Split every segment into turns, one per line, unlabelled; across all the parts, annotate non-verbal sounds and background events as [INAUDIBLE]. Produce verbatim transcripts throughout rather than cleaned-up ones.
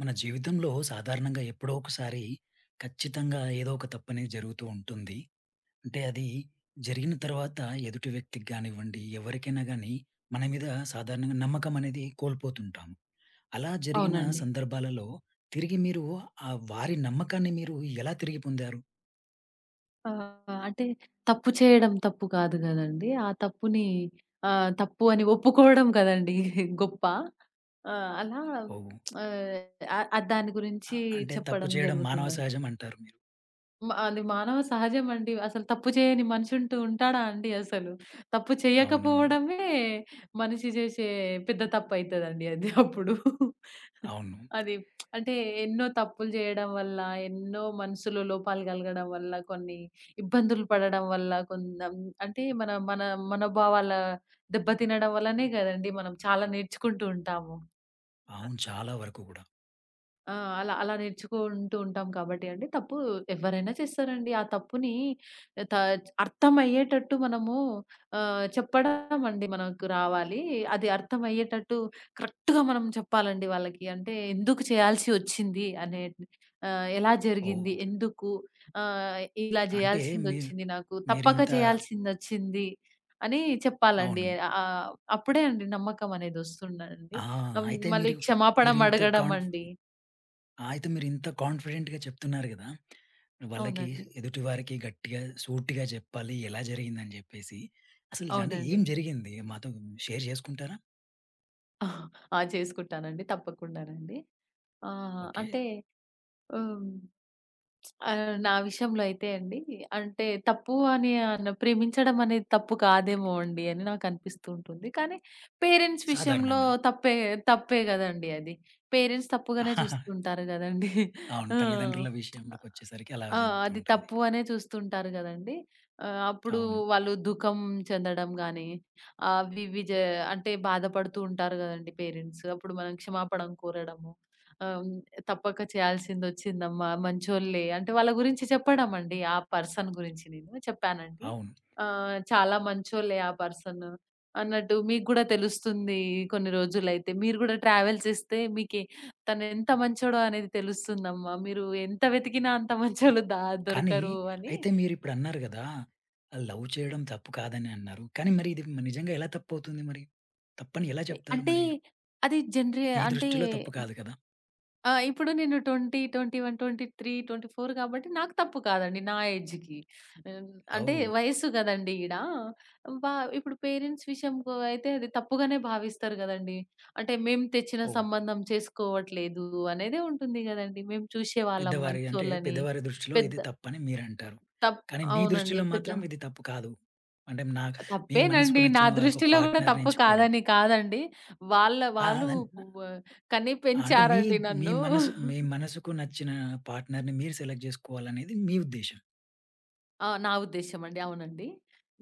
మన జీవితంలో సాధారణంగా ఎప్పుడో ఒకసారి ఖచ్చితంగా ఏదో ఒక తప్పనేది జరుగుతూ ఉంటుంది. అంటే అది జరిగిన తర్వాత ఎదుటి వ్యక్తికి గానివ్వండి, ఎవరికైనా గానీ మన మీద సాధారణంగా నమ్మకం అనేది కోల్పోతుంటాము. అలా జరిగిన
అవునండి.
సందర్భాలలో తిరిగి మీరు ఆహ్, వారి నమ్మకాన్ని మీరు ఎలా తిరిగి పొందారు?
ఆహ్, అంటే తప్పు చేయడం తప్పు కాదు గదండీ! ఆ తప్పుని ఆహ్, తప్పు అని ఒప్పుకోవడం కదండీ [LAUGHS] గొప్ప. ఆహ్, అలా
ఓహ్!
ఆహ్, ఆహ్, దాని
అ
గురించి
అంటే తప్పు
చెప్పడం
చేయడం మానవ
జరుగుతుందండి.
సహజం అంటారు మీరు.
మ అది మానవ సహజమండి. అసలు తప్పు చేయని మనిషుంటూ ఉంటాడా అండి అసలు? తప్పు
అవునవును.
చేయకపోవడమే మనిషి చేసే పెద్ద తప్పయితదండి అది అప్పుడు.
అవును.
అది అంటే ఎన్నో తప్పులు చేయడం వల్ల, ఎన్నో మనసులో లోపాలు కలగడం వల్ల, కొన్ని ఇబ్బందులు పడడం వల్ల, కొందం అంటే మన మన మనోభావాల దెబ్బతినడం వల్లనే కదండీ మనం చాలా నేర్చుకుంటూ ఉంటాము.
అవును. చాలా వరకు గూడా.
ఆ! అలా అలా నేర్చుకుంటూ ఉంటాం కాబట్టి అండి. తప్పు ఎవ్వరైనా చేస్తారండి. ఆ తప్పుని త అర్థమయ్యేటట్టు మనము ఆహ్, చెప్పడం అండి మనకు రావాలి. అది అర్థమయ్యేటట్టు కరెక్ట్‌గా మనం చెప్పాలండి వాళ్ళకి. అంటే ఎందుకు చేయాల్సి వచ్చింది అనే, ఆహ్, ఎలా జరిగింది?
ఓహ్!
ఎందుకు? ఆహ్, ఇలా
అంటే మీరు
చేయాల్సిందొచ్చింది నాకు. తప్పక
మీరింత
చేయాల్సిందొచ్చింది అని చెప్పాలండి.
అవును.
ఆహ్, అప్పుడే అండి నమ్మకం అనేదొస్తుందండి.
ఆ!
ఆహ్,
అయితే
మళ్ళీ
మీరు
క్షమాపణం
మీరింత
అడగడం
కాన్ఫ్
అండి.
ఆ! అయితే మీరింత కాన్ఫిడెంట్‌గా చెప్తున్నారు గదా! వాళ్ళకి
అవునండి.
ఎదుటి వారికి గట్టిగా, సూటిగా జెప్పాలి ఎలా జరిగిందని జెప్పేసి. అసలు అంటే ఏం
అవునండి.
జరిగింది? మాతో షేర్ జేసుకుంటారా?
ఆ! ఆ! చేసుకుంటానండి. తప్పకుండానండి. ఆహ్,
ఓకే.
అంటే హ్మ్. ఆహ్, నా విషయంలో అయితే అండి అంటే తప్పు అని అన్ ప్రేమించడం అనేది తప్పు కాదేమో అండి అని నాకనిపిస్తూ ఉంటుంది. కానీ పేరెంట్స్ విషయంలో
సాధారణంగా.
తప్పే తప్పే గదండీ అది. పేరెంట్స్ తప్పుగానే
[LAUGHS]
చూస్తుంటారు గదండీ.
అవును.
ఆ!
తల్లిదండ్రుల విషయంలోకొచ్చేసరికి అలా
ఆ!
జరుగుతూ
అది
ఉంటుంది.
తప్పు అనే చూస్తుంటారు గదండీ. ఆహ్, అప్పుడు
అవును.
వాళ్ళు దుఃఖం చెందడం గాని, అవి ఇవి జే అంటే బాధపడుతూ ఉంటారు గదండీ పేరెంట్స్. అప్పుడు మనం క్షమాపణం కోరడము. ఆహ్ తప్పక చేయాల్సిందొచ్చిందమ్మా! మంచోళ్ళే. అంటే వాళ్ళ గురించి చెప్పడం అండి. ఆ పర్సన్ గురించి నేను చెప్పానండి.
అవును.
ఆహ్, చాలా మంచోళ్ళే ఆ పర్సన్. అన్నట్టు మీకు గూడా తెలుస్తుంది కొన్ని రోజులైతే. మీరు గూడా ట్రావెల్ చేస్తే మీకే తనెంత మంచోడో అనేది తెలుస్తుందమ్మా. మీరు ఎంత వెతికినా అంత మంచోళ్ళు దా
కానీ
దొరకరు అని.
అయితే మీరిప్పుడన్నారు గదా! లవ్ చేయడం తప్పు కాదని అన్నారు. కానీ మరి ఇది నిజంగా ఎలా తప్పవుతుంది మరి? తప్పని ఎలా చెప్తారు
అంటే
మరి?
అది జనరే
మీ
అంటే
దృష్టిలో తప్పు కాదు కదా!
ఆ! ఇప్పుడు నేను ఇరవై, ఇరవై ఒకటి, ఇరవై మూడు, ఇరవై నాలుగు కాబట్టి నాకు తప్పు కాదండి నా ఏజ్‌కి. హ్మ్. అంటే
ఓహ్!
వయస్సు గదండీ ఈడ. బా ఇప్పుడు పేరెంట్స్ విషయంకు అయితే అది తప్పుగానే భావిస్తారు గదండీ. అంటే మేము తెచ్చిన
ఓహ్!
సంబంధం చేసుకోవట్లేదు అనేదే ఉంటుంది గదండీ. మేము చూసేవాళ్ళం
పెద్దవారి అంటే
మంచోళ్ళని.
పెద్దవారి దృష్టిలో
పెద్ద
ఇది తప్పని మీరంటారు.
తప్
కానీ మీ
అవునండి.
దృష్టిలో
పెద్ద
మాత్రం ఇది తప్పు కాదు. అంటే నా మీ మనసుకు
తప్పేనండి. నా
నచ్చిన వ ఒక
దృష్టిలో గూడా
పార్ట్‌నర్‌ని
తప్పు
ఎంచుకోవడం.
కాదని కాదండి. వాళ్ళ
ఆ!
వాళ్ళు
అదన్
వ కని
ఆ, అంటే మీ
పెంచారండి
మీ
నన్ను.
మనసు మీ మనసుకు నచ్చిన పార్ట్‌నర్‌ని మీరు సెలెక్ట్ జేసుకోవాలనేది మీ ఉద్దేశ్యం.
ఆ! నా ఉద్దేశ్యం అండి. అవునండి.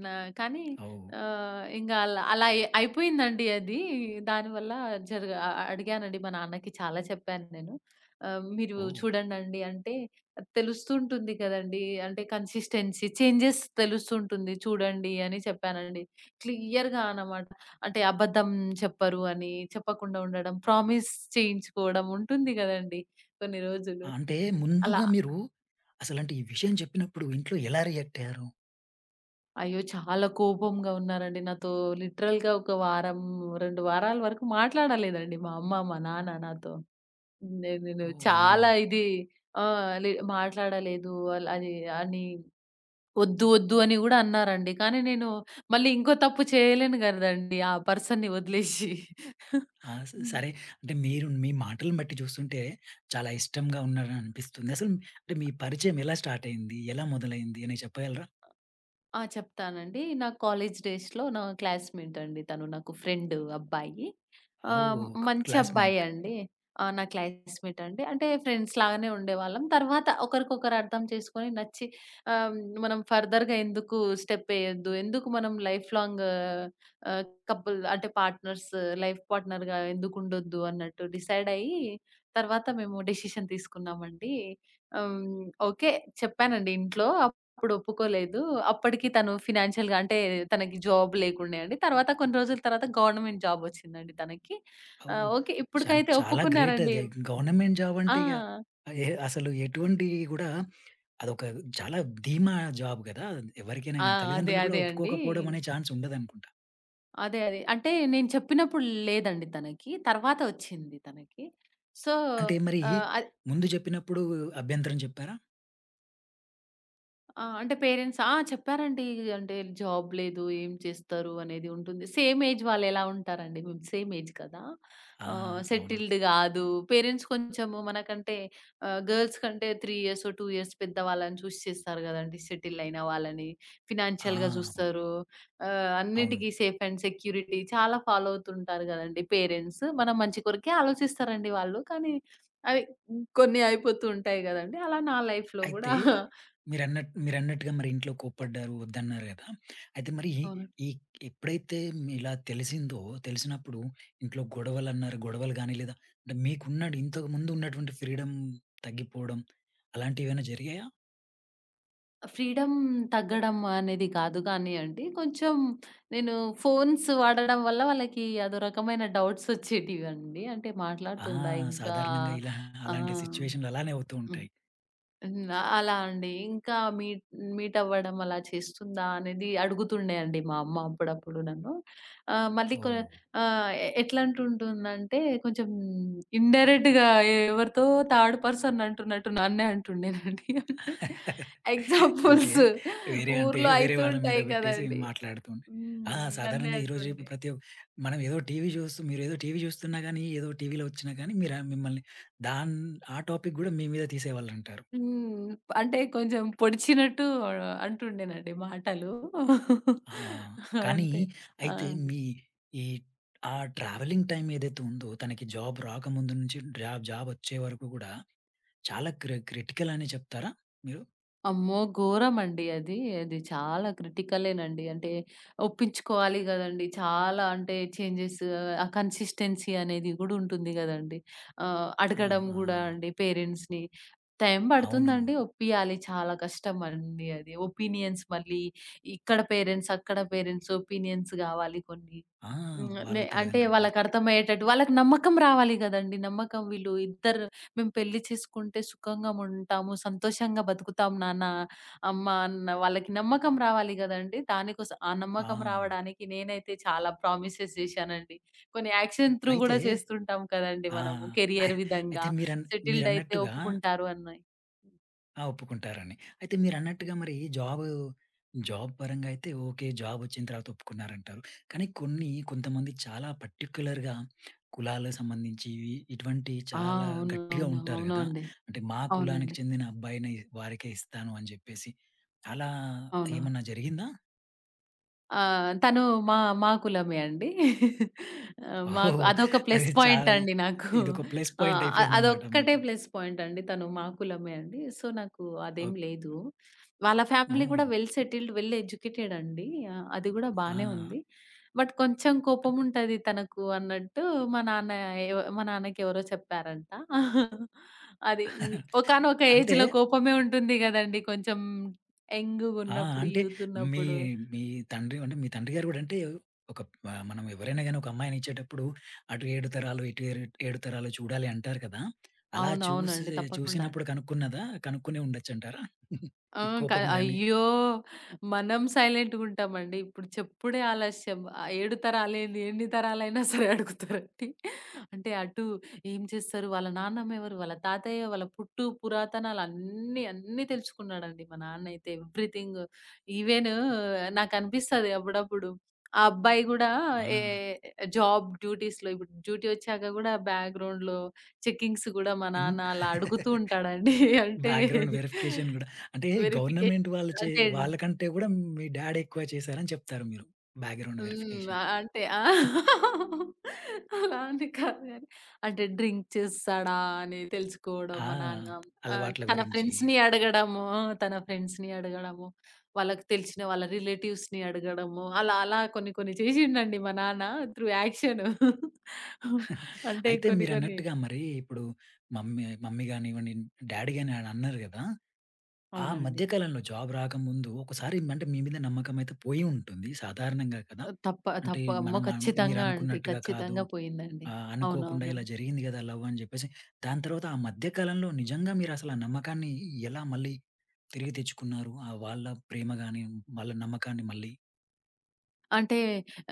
నా కానీ.
ఓహ్!
ఆహ్, ఇంగ అలా అలా ఎ అయిపోయిందండి అది. దానివల్ల జరగ అ అడిగానండి మా నాన్నకి చాలా చెప్పాను నేను. ఆహ్, మీరు
ఓహ్!
చూడండండి అంటే తెలుస్తుంటుంది కదండీ! అంటే కన్సిస్టెన్సీ చేంజెస్ తెలుస్తుంటుంది చూడండి అని చెప్పానండి. క్లియర్‌గా అన్నమాట. అంటే అబద్ధం చెప్పరు అని, చెప్పకుండా ఉండడం, ప్రామిస్ చేయించుకోవడం ఉంటుంది కదండీ! కొన్ని రోజులు.
అంటే
అలా
ముందుగా మీరు అసలంటే ఈ విషయం చెప్పినప్పుడు ఇంట్లో ఎలా రియాక్ట్ అయ్యారు?
అయ్యో! చాలా కోపంగా ఉన్నారండి. నాతో లిటరల్‌గా ఒక వారం, రెండు వారాల వరకు మాట్లాడలేదండి మా అమ్మ, మా నాన్న నాతో. నేను నేను
ఓహ్! అయ్యో!
చాలా ఇది. ఆహ్, లే మాట్లాడలేదు అల్ అది అని వద్దు, వద్దు అని గూడా అన్నారండి. కానీ నేను మళ్ళీ ఇంకో తప్పు చేయలేను గదండీ ఆ పర్సన్‌ని వదిలేసి.
ఆ! స
హ్మ్.
సరే. అంటే మీరు మీ మాటలను బట్టి చూస్తుంటే చాలా ఇష్టంగా ఉన్నారని అనిపిస్తుంది. అసలు అంటే మీ పరిచయం ఎలా స్టార్ట్ అయింది? ఎలా మొదలైంది అని చెప్పగలరా?
ఆ! చెప్తానండి. నా కాలేజ్ డేస్‌లో నా క్లాస్‌మేట్ అండి తను. నాకు ఫ్రెండ్ అబ్బాయి.
ఓహ్!
ఆహ్,
ఒక
మంచి అబ్బాయే
క్లాస్‌మేట్.
అండి. ఆ! నా క్లాస్‌మేట్ అండి. అంటే ఫ్రెండ్స్ లాగానే ఉండేవాళ్ళం. తర్వాత ఒకరికొకరు అర్థం చేసుకొని నచ్చి, ఆహ్, మనం ఫర్దర్‌గా ఎందుకు స్టెప్ ఏయొద్దు? ఎందుకు మనం లైఫ్ లాంగ్ ఆహ్, కపుల్ అంటే పార్ట్నర్స్ లైఫ్ పార్ట్నర్‌గా ఎందుకు ఉండొద్దు? అన్నట్టు డిసైడ్ అయ్యి తర్వాత మేము డెసిషన్ తీసుకున్నామండి. హ్మ్. ఓకే. చెప్పానండి ఇంట్లో. అప్పుడు ఒప్పుకోలేదు. అప్పటికి తను ఫినాన్షియల్‌గా అంటే తనకి జాబ్ లేకుండే అండి. తర్వాత కొన్ని రోజుల తర్వాత గవర్నమెంట్ జాబ్ వచ్చిందండి తనకి. ఆహ్,
ఓహ్!
ఓకే.
చన్
ఇప్పటికైతే
చాలా గ్రేట్ అది.
ఒప్పుకున్నారండి.
గవర్నమెంట్ జాబ్ అంటే ఇగ
ఆ!
ఎ అసలు ఎటువంటి కూడా అదొక చాలా ధీమా జాబ్ కదా! ఎవరికైనా
ఆ!
గాని
అదే.
తల్లిదండ్రులు కూడా
అదే అండి.
ఒప్పుకోకపోవడం అనే ఛాన్స్ ఉండదనుకుంటా.
అదే. అదే. అంటే నేను చెప్పినప్పుడు లేదండి తనకి. తర్వాత వచ్చింది తనకి. సో,
అంటే మరి
ఆహ్, అ
ముందు చెప్పినప్పుడు అభ్యంతరం చెప్పారా?
ఆ! అంటే పేరెంట్స్ ఆ! చెప్పారండి. అంటే జాబ్ లేదు, ఏం చేస్తారు అనేది ఉంటుంది. సేమ్ ఏజ్ వాళ్ళెలా ఉంటారండి, మేము సేమ్ ఏజ్ కదా!
ఆ!
ఆహ్,
అవును.
సెటిల్డ్ కాదు. పేరెంట్స్ కొంచెము మనకంటే, ఆహ్, గర్ల్స్ కంటే మూడు ఇయర్స్, రెండు ఇయర్స్ పెద్ద వాళ్ళని చూసి చేస్తారు కదండీ. సెటిల్ అయిన వాళ్ళని
ఆ!
ఫినాన్షియల్‌గా
అవును.
చూస్తారు. ఆహ్,
అవును.
అన్నిటికి సేఫ్ అండ్ సెక్యూరిటీ చాలా ఫాలో అవుతుంటారు కదండీ పేరెంట్స్. మన మంచి కొరకే ఆలోచిస్తారండి వాళ్ళు. కానీ అవి కొన్ని అయిపోతూ ఉంటాయి కదండీ. అలా నా లైఫ్‌లో
అయితే
కూడా.
మీరన్నట్టు మీరన్నట్టుగా మరి ఇంట్లో కోప్పడ్డారు, వద్దన్నారు గదా! అయితే మరి
అవునండి.
ఈ ఎప్పుడైతే మీ ఇలా తెలిసిందో తెలిసినప్పుడు ఇంట్లో గొడవలన్నారు గొడవలు గాని, లేదా అంటే మీకున్నాడు ఇంతకుముందు ఉన్నటువంటి ఫ్రీడమ్ తగ్గిపోవడం అలాంటివేమైనా జరిగాయా?
ఫ్రీడమ్ తగ్గడం అనేది కాదు కానియండి. కొంచెం నేను ఫోన్స్ వాడడం వల్ల వాళ్ళకి అదో రకమైన డౌట్స్ వచ్చేటివండి. అంటే
ఆ!
మాట్లాడుతుందా ఇంకా?
సాధారణంగా ఇలా
ఆ!
అలాంటి సిట్యుయేషన్‌లు అలానే అవుతూ ఉంటాయి.
హ్మ్. అలా అండి. ఇంకా మీట్ మీట్ అవ్వడం అలా చేస్తుందా అనేది అడుగుతుండే అండి మా అమ్మ అప్పుడప్పుడు నన్ను. ఆహ్, మళ్ళీ కొ
ఓహ్!
ఆహ్, ఎ ఎట్లా అంటుంటుందంటే కొంచెం ఇండైరెక్ట్‌గా ఎవరితో థర్డ్ పర్సన్ అంటున్నట్టు నన్నే అంటుండేనండి. అంటే
అంటే
ఎగ్జాంపుల్స్
వేరే అంటే
ఊర్లో
వేరే
అయితూ
వాళ్ళ మీద
ఉంటాయి
పెట్టేసి
కదండీ!
మాట్లాడుతుండే. ఆ!
హ్మ్. నన్నే
సాధారణంగా ఈరోజు రేపు
అంటుండే.
ప్రతి ఒ మనం ఏదో టీవీ చూస్తూ మీరేదో టీవీ చూస్తున్నా గానీ, ఏదో టీవీలో వచ్చినా కానీ మీరా మిమ్మల్ని దాన్ ఆ టాపిక్ గూడా మీ మీద తీసేవాళ్ళంటారు.
హ్మ్. అంటే కొంచెం పొడిచినట్టు అంటుండేనండి మాటలు.
ఆ! కానీ
అంటే ఆ!
అయితే మీ ఈ ఆ ట్రావెలింగ్ టైమ్ ఏదైతే ఉందో తనకి జాబ్ రాకముందు నుంచి జాబ్ జాబ్ వచ్చే వరకు గూడా చాలా క్రి క్రిటికల్ అనే చెప్తారా మీరు?
అమ్మో! ఘోరమండి అది. అది చాలా క్రిటికలేనండి. అంటే ఒప్పించుకోవాలి గదండీ. చాలా అంటే చేంజెస్ ఆ కన్సిస్టెన్సీ అనేది గూడా ఉంటుంది గదండీ. ఆహ్,
ఆ!
అడగడం
ఆ!
గూడా అండి పేరెంట్స్‌ని. టైం పడుతుందండి.
అవునవును.
ఒప్పియాలి. చాలా కష్టమండి అది. ఒపీనియన్స్ మళ్ళీ ఇక్కడ పేరెంట్స్, అక్కడ పేరెంట్స్ ఒపీనియన్స్ గావాలి కొన్ని.
ఆ!
హ్మ్.
వాళ్ళ
నే అంటే
తల్లిదండ్రులు కూడా.
వాళ్ళకర్థమయ్యేటట్టు వాళ్ళకి నమ్మకం రావాలి గదండీ! నమ్మకం వీళ్ళు ఇద్దరు మేము పెళ్లి చేసుకుంటే సుఖంగా ఉంటాము, సంతోషంగా బతుకుతాం నాన్న, అమ్మ అన్న వాళ్ళకి నమ్మకం రావాలి గదండీ! దానికోసం ఆ
ఆ!
నమ్మకం రావడానికి నేనైతే చాలా ప్రామిసెస్ చేశానండి. కొన్ని యాక్షన్ త్రూ
అయితే
గూడా చేస్తుంటాం కదండీ
ఆ!
మనము.
అయ్
కెరియర్ విధంగా
అయితే మీరన్
సెటిల్డ్ అయితే
మీరన్నట్టుగా
ఒప్పుకుంటారు అన్నాయి.
ఆ! ఒప్పుకుంటారని. అయితే మీరన్నట్టుగా మరి జాబు, జాబ్ పరంగా అయితే ఓకే. జాబొచ్చిన తర్వాత ఒప్పుకున్నారంటారు. కానీ కొన్ని కొంతమంది చాలా పర్టిక్యులర్‌గా కులాలకు సంబంధించివి ఇటువంటి
ఆ!
చాలా
అవును.
గట్టిగా
అవును.
ఉంటారు
అవును
గదా!
అండి.
అంటే మా కులానికి
అవునండి.
చెందిన అబ్బాయిని వారికే ఇస్తాను అని జెప్పేసి. అలా
అవునవును.
ఏమన్నా జరిగిందా?
ఆ! తను మా మా కులమే అండి. ఆహ్,
ఓహో!
మాకు అదొక ప్లస్
అది
పాయింట్
చాలా
అండి నాకు.
ఇదొక ప్లస్
ఆ!
పాయింట్
అ
అయిపోయిందన్నమాట
అదొక్కటే
మీకు.
ప్లస్ పాయింట్ అండి. తను మా కులమే అండి. సో, నాకు అదేం
ఓహ్!
లేదు. వాళ్ళ ఫ్యామిలీ
ఓహ్!
కూడా వెల్ సెటిల్డ్, వెల్ ఎడ్యుకేటెడ్ అండి. ఆహ్, అది కూడా
ఆ!
బానే ఉంది. బట్ కొంచెం కోపముంటది తనకు అన్నట్టు. మా నాన్న ఎవ మా నాన్నకెవరో చెప్పారంట. అది హ్మ్. ఒకానొక
అంటే
ఏజ్‌లో కోపమే ఉంటుంది గదండీ! కొంచెం
ఆ!
యంగ్‌గున్నప్పుడు,
అంటే
యూత్
మీ
ఉన్నప్పుడు.
మీ తండ్రి అంటే మీ తండ్రి గారు గూడా అంటే ఒక ఆహ్, మనం ఎవరైనా గాని ఒక అమ్మాయినిచ్చేటప్పుడు అటు ఏడు తరాలు, ఇటు ఏరు ఏడు తరాలు చూడాలి అంటారు కదా! అలా చూసి
అవునవునండి. తప్పకుండా.
చూసినప్పుడు కనుక్కున్నదా? కనుక్కునే ఉండొచ్చంటారా?
ఆ!
ఈ
క
కోపం గాని
అయ్యో! మనం సైలెంట్‌గుంటామండి. ఇప్పుడు చెప్పుడే ఆలస్యం. ఆ ఏడు తరాలేంది, ఎన్ని తరాలైనా సరే అడుగుతారండి. అంటే అటు ఏం చేస్తారు, వాళ్ళ నాన్నమ్మెవరు, వాళ్ళ తాతయ్య, వాళ్ళ పుట్టు పురాతనాలన్నీ, అన్నీ అన్నీ తెలుసుకున్నాడండి మా నాన్నయితే. ఎవ్రీథింగ్. ఈవెన్ నాకనిపిస్తది అప్పుడప్పుడు. ఆ అబ్బాయి గూడా ఏ
ఆ!
జాబ్ డ్యూటీస్‌లో ఇప్పుడు డ్యూటీ వచ్చాక గూడా బ్యాక్‌గ్రౌండ్‌లో చెకింగ్స్ గూడా మా
ఇన్
నాన్న అలా అడుగుతూ
[LAUGHS]
ఉంటాడండి. అంటే
బ్యాక్‌గ్రౌండ్ వెరిఫికేషన్ గూడా. అంటే గవర్నమెంట్ వాళ్ళు
వెరిఫికేషన్
చే
అంటే
వాళ్ళకంటే గూడా మీ డ్యాడ్ ఎక్కువ చేశారని చెప్తారు మీరు. బ్యాక్‌గ్రౌండ్
హ్మ్.
వెరిఫికేషన్.
ఆహ్, అంటే ఆ! అలా అని కాదు గానీ, అంటే డ్రింక్ చేస్తాడా అని తెలుసుకోవడం
ఆ!
మా నాన్న. ఆహ్,
అలవాట్ల
తన
గురించి.
ఫ్రెండ్స్‌ని అడగడము, తన ఫ్రెండ్స్‌ని అడగడము, వాళ్ళకి తెలిసిన వాళ్ళ రిలేటివ్స్‌ని అడగడము, అలా అలా కొన్ని కొన్ని చేసిండండి మా నాన్న త్రూ యాక్షన్. అంటే
అయితే
కొన్ని కొన్ని
మీరన్నట్టుగా మరి ఇప్పుడు మమ్మీ మమ్మీ గానివ్వండి, డ్యాడీ గాని అని అన్నారు గదా! ఆ
అవునండి.
మధ్య కాలంలో జాబ్ రాకముందు ఒకసారి అంటే మీ మీద నమ్మకం అయితే పోయి ఉంటుంది సాధారణంగా కదా!
తప్ప
అంటే
తప్ప అమ్మో!
మనం అన్
ఖచ్చితంగా అండి.
మీరనుకున్నట్టుగా కాదు.
ఖచ్చితంగా పోయిందండి.
ఆహ్, అనుకోకుండా ఇలా
అవునవునండి.
జరిగింది గదా! లవ్ అని జెప్పేసి. దాని తర్వాత ఆ మధ్య కాలంలో నిజంగా మీరసలు ఆ నమ్మకాన్ని ఎలా మళ్ళీ తిరిగి తెచ్చుకున్నారు? ఆ వాళ్ళ ప్రేమ గాని, వాళ్ళ నమ్మకాన్ని మళ్ళీ?
అంటే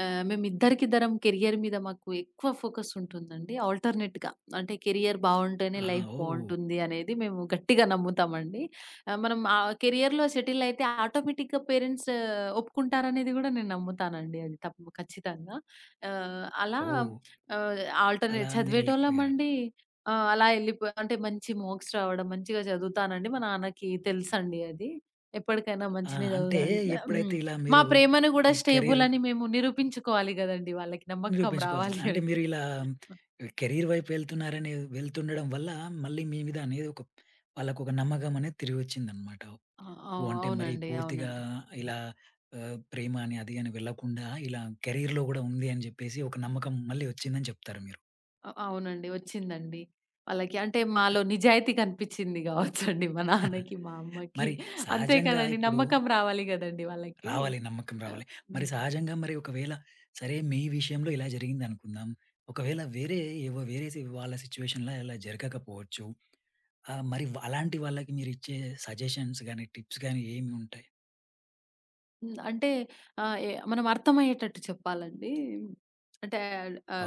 ఆహ్, మేమిద్దరికిద్దరం కెరియర్ మీద మాకు ఎక్కువ ఫోకస్ ఉంటుందండి. ఆల్టర్‌నేట్‌గా అంటే కెరియర్ బావుంటేనే
ఆహా!
లైఫ్
ఓహ్!
బావుంటుంది అనేది మేము గట్టిగా నమ్ముతామండి. ఆహ్, మనం ఆ కెరియర్‌లో సెటిల్ అయితే ఆటోమేటిక్‌గా పేరెంట్స్ ఒప్పుకుంటారనేది గూడా నేను నమ్ముతానండి. అది తప్పు ఖచ్చితంగా. ఆహ్, అలా
ఓహ్!
ఆహ్,
అలా
ఆల్టర్‌నేట్
మీరెళ్ళిపోయారు.
చదివేటోళ్ళమండి. ఆ! అలా ఎళ్ళిపో అంటే మంచి మార్క్స్ రావడం, మంచిగా చదువుతానండి. మా నాన్నకి తెలుసండి అది. ఎప్పటికైనా
ఆ!
మంచినే
అంటే
చదువుతా.
ఎప్పుడైతే
హ్మ్.
ఇలా
మా
మీరు
ప్రేమను గూడా
ఈ
స్టేబుల్
కెరీర్
అని మేము నిరూపించుకోవాలి గదండీ వాళ్ళకి. నమ్మకం రావాలి
నిరూపించుకోవాల్సొచ్చింది. అంటే
అంటే.
మీరు ఇలా కెరీర్ వైపు వెళ్తున్నారని వెళ్తుండడం వల్ల మళ్ళీ మీ మీద అనేది ఒక వాళ్ళకొక నమ్మకం అనేది తిరిగొచ్చిందనమాట.
ఆ!
ఓహ్!
అవ్
అంటే మరి
అవునండి.
పూర్తిగా
అవునండి.
ఇలా ఆహ్, ప్రేమ అని అది అని వెళ్ళకుండా ఇలా కెరీర్‌లో గూడా ఉంది అని జెప్పేసి ఒక నమ్మకం మళ్ళీ వచ్చిందని చెప్తారు మీరు.
అ అవునండి. వచ్చిందండి. వాళ్ళకి అంటే మాలో నిజాయితీ కనిపిచ్చింది గావచ్చండి మా నాన్నకి, మా అమ్మకి.
మరి
అంతే
సహజంగా
కదండీ!
ఇప్పుడు
నమ్మకం రావాలి గదండీ వాళ్ళకి.
రావాలి నమ్మకం
ఆ!
రావాలి. మరి
హ్మ్.
సహజంగా మరి ఒకవేళ సరే మీ విషయంలో ఇలా జరిగిందనుకుందాం. ఒకవేళ వేరే ఏవో వేరే సి వాళ్ళ సిట్యుయేషన్‌లో ఇలా జరగకపోవచ్చు. ఆ! మరి వ అలాంటి వాళ్ళకి మీరిచ్చే సజెషన్స్ గాని, టిప్స్ గాని ఏమి ఉంటాయి?
హ్మ్. అంటే ఆహ్, ఎ మనం అర్థమయ్యేటట్టు చెప్పాలండి. అంటే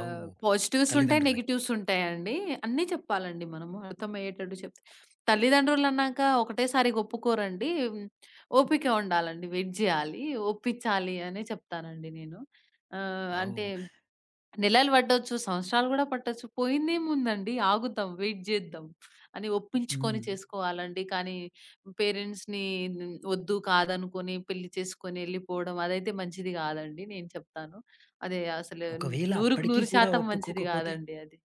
అవు
పాజిటివ్స్ ఉంటాయి.
తల్లిదండ్రులకి.
నెగెటివ్స్ ఉంటాయండి. అన్నీ చెప్పాలండి మనము అర్థమయ్యేటట్టు చెప్తే. తల్లిదండ్రులన్నాక ఒకటేసారి ఒప్పుకోరండి. ఓపిక ఉండాలండి. వెయిట్ జేయాలి. ఒప్పించాలి అనే చెప్తానండి నేను. ఆహ్, అంటే
అవు.
నెలలు పట్టొచ్చు, సంవత్సరాలు గూడా పట్టొచ్చు. పోయిందేముందండి ఆగుదాం, వెయిట్ జేద్దాం అని ఒప్పించుకొని
హ్మ్.
చేసుకోవాలండి. కానీ పేరెంట్స్‌ని హ్మ్, వద్దు కాదనుకోని పెళ్లి చేసుకొని ఎళ్ళిపోవడం అదైతే మంచిది గాదండి నేను చెప్తాను. అదే అసలు
ఒకవేళ
నూటికి
అప్పటికి కూడా
నూరు శాతం మంచిది
ఒప్పుకోకపోతే?
గాదండి అది.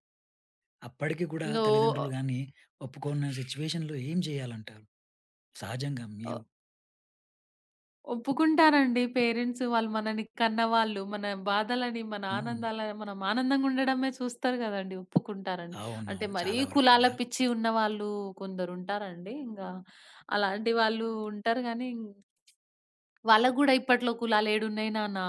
అప్పటికి కూడా
నో,
తల్లిదండ్రులు గాని ఒప్పుకోని సిట్యుయేషన్‌లో ఏం చేయాలంటారు? సహజంగా మీరు
ఒప్పుకుంటారండి పేరెంట్స్. వాళ్ళు మనని కన్నవాళ్ళు. మన బాధలని, మన
హ్మ్.
ఆనందాలని మనం ఆనందంగా ఉండడమే చూస్తారు గదండీ. ఒప్పుకుంటారండి. అంటే
అవునవును.
మరీ
చాలా వరకు
కులాల
గూడా.
పిచ్చి ఉన్నవాళ్ళు కొందరుంటారండి. ఇంగా అలాంటి వాళ్ళు ఉంటారు గానీ, వాళ్ళకి గూడా ఇప్పట్లో కులాలేడున్నయి నాన్న.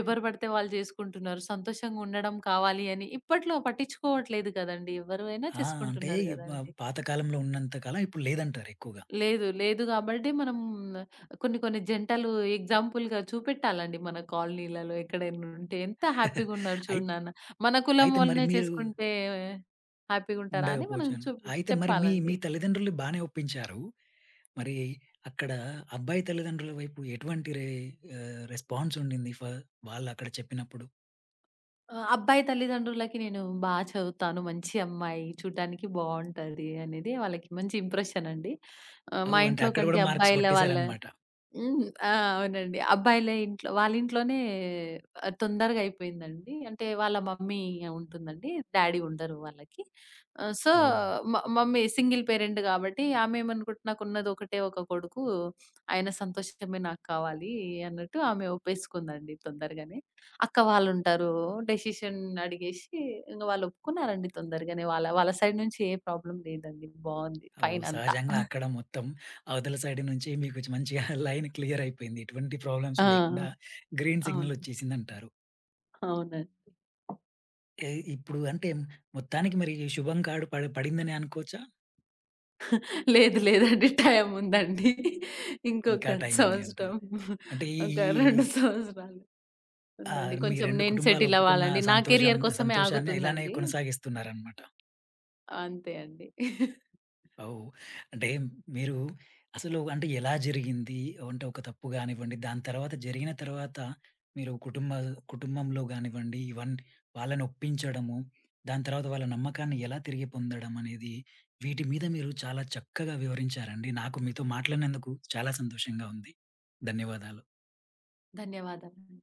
ఎవరు పడితే వాళ్ళు జేసుకుంటున్నారు. సంతోషంగుండడం కావాలి అని ఇప్పట్లో పట్టించుకోవట్లేదు గదండీ. ఎవరైనా
ఆ! అంటే
చేసుకుంటున్నారు
ఈ మ
గదండీ.
పాత కాలంలో ఉన్నంత కాలం ఇప్పుడు లేదంటారు ఎక్కువగా.
లేదు. లేదు గాబట్టి మనం కొన్ని కొన్ని జంటలు ఎగ్జాంపుల్‌గా చూపెట్టాలండి మన కాలనీలలో ఎక్కడైనుంటే. ఎంత హ్యాపీగున్నారు
[LAUGHS]
చూడు
అయిత్
నాన్న, మన కులం
అయితే మరి
వోళ్ళనే
మీరు
చేసుకుంటే హ్యాపీగుంటారా అని మనం
ఉండకపోచాను.
చూప్
అయితే మరి మీ, మీ
చెప్పాలండి.
తల్లిదండ్రులు బానే ఒప్పించారు. మరి అక్కడ అబ్బాయి తల్లిదండ్రుల వైపు ఎటువంటి రే ఆహ్, రెస్పాన్స్ ఉండింది? ఫ వాళ్ళక్కడ చెప్పినప్పుడు?
ఆ! అబ్బాయి తల్లిదండ్రులకి నేను బా చదువుతాను, మంచి అమ్మాయి, చూడడానికి బావుంటది అనేది వాళ్ళకి మంచి ఇంప్రెషన్ అండి. ఆహ్, మా
ఓహ్! అంటే
ఇంట్లో
అక్కడ
కంటే
గూడా మార్క్స్
అబ్బాయిల వాళ్ళ.
కొట్టేసారనమాట.
హ్మ్. ఆ! అవునండి. అబ్బాయిలే ఇంట్లో వాళ్ళింట్లోనే ఆహ్, తొందరగా అయిపోయిందండి. అంటే వాళ్ళ మమ్మీ ఉంటుందండి. డ్యాడీ ఉండరు వాళ్ళకి. ఆహ్, సో,
ఓహ్!
మ మమ్మీ సింగిల్ పేరెంట్ కాబట్టి ఆమేమనుకుంటు నాకున్నది ఒకటే ఒక కొడుకు. ఆయన సంతోషమే నాకు కావాలి అన్నట్టు ఆమె ఒప్పేసుకుందండి తొందరగానే. అక్క వాళ్ళుంటారు. డెసిషన్ అడిగేసి ఇంక వాళ్ళు ఒప్పుకున్నారండి తొందరగానే. వాళ్ళ వాళ్ళ సైడ్ నుంచి ఏ ప్రాబ్లమ్ లేదండి. బావుంది.
ఓహ్!
ఫైన్ అంతా.
సహజంగా అక్కడ మొత్తం అవతల సైడ్ నుంచి మీకు మంచిగా [LAUGHS] లైన్ క్లియర్ అయిపోయింది. ఎటువంటి ప్రాబ్లమ్స్
ఆ!
లేకుండా గ్రీన్
అవును.
సిగ్నల్ వచ్చేసిందంటారు.
అవునండి.
ఎ ఇప్పుడు అంటే మొత్తానికి మరి శుభం కాడు పడి పడిందనే అనుకోవచ్చా?
లేదు లేదండి. టైం ఉందండి.
ఇంకా
ఇంకొక
టైం ఉంది అంటారు.
సంవత్సరం,
అంటే ఈ
ఒక
ఈ
రెండు సంవత్సరాలు
ఆ!
ఉందండి.
మీ
కొంచెం
రెండు
నేను
కుటుంబాలు
సెటిల్
ఒప్పుకున్న
అవ్వాలండి. నా
సంతోషం
కెరియర్ కోసమే
సంతోషాన్ని ఇలానే
ఆగుతుందండి.
కొనసాగిస్తున్నారనమాట.
అంతే అండి.
ఓహ్! అంటే మీరు అసలు అంటే ఎలా జరిగింది? అంటే ఒక తప్పు గానివ్వండి, దాని తర్వాత జరిగిన తర్వాత మీరు కుటుంబ కుటుంబంలో గానివ్వండి, ఇవన్నీ వాళ్ళని ఒప్పించడము, దాని తర్వాత వాళ్ళ నమ్మకాన్ని ఎలా తిరిగి పొందడం అనేది వీటి మీద మీరు చాలా చక్కగా వివరించారండి. నాకు మీతో మాట్లాడినందుకు చాలా సంతోషంగా ఉంది. ధన్యవాదాలు.
ధన్యవాదాలండి.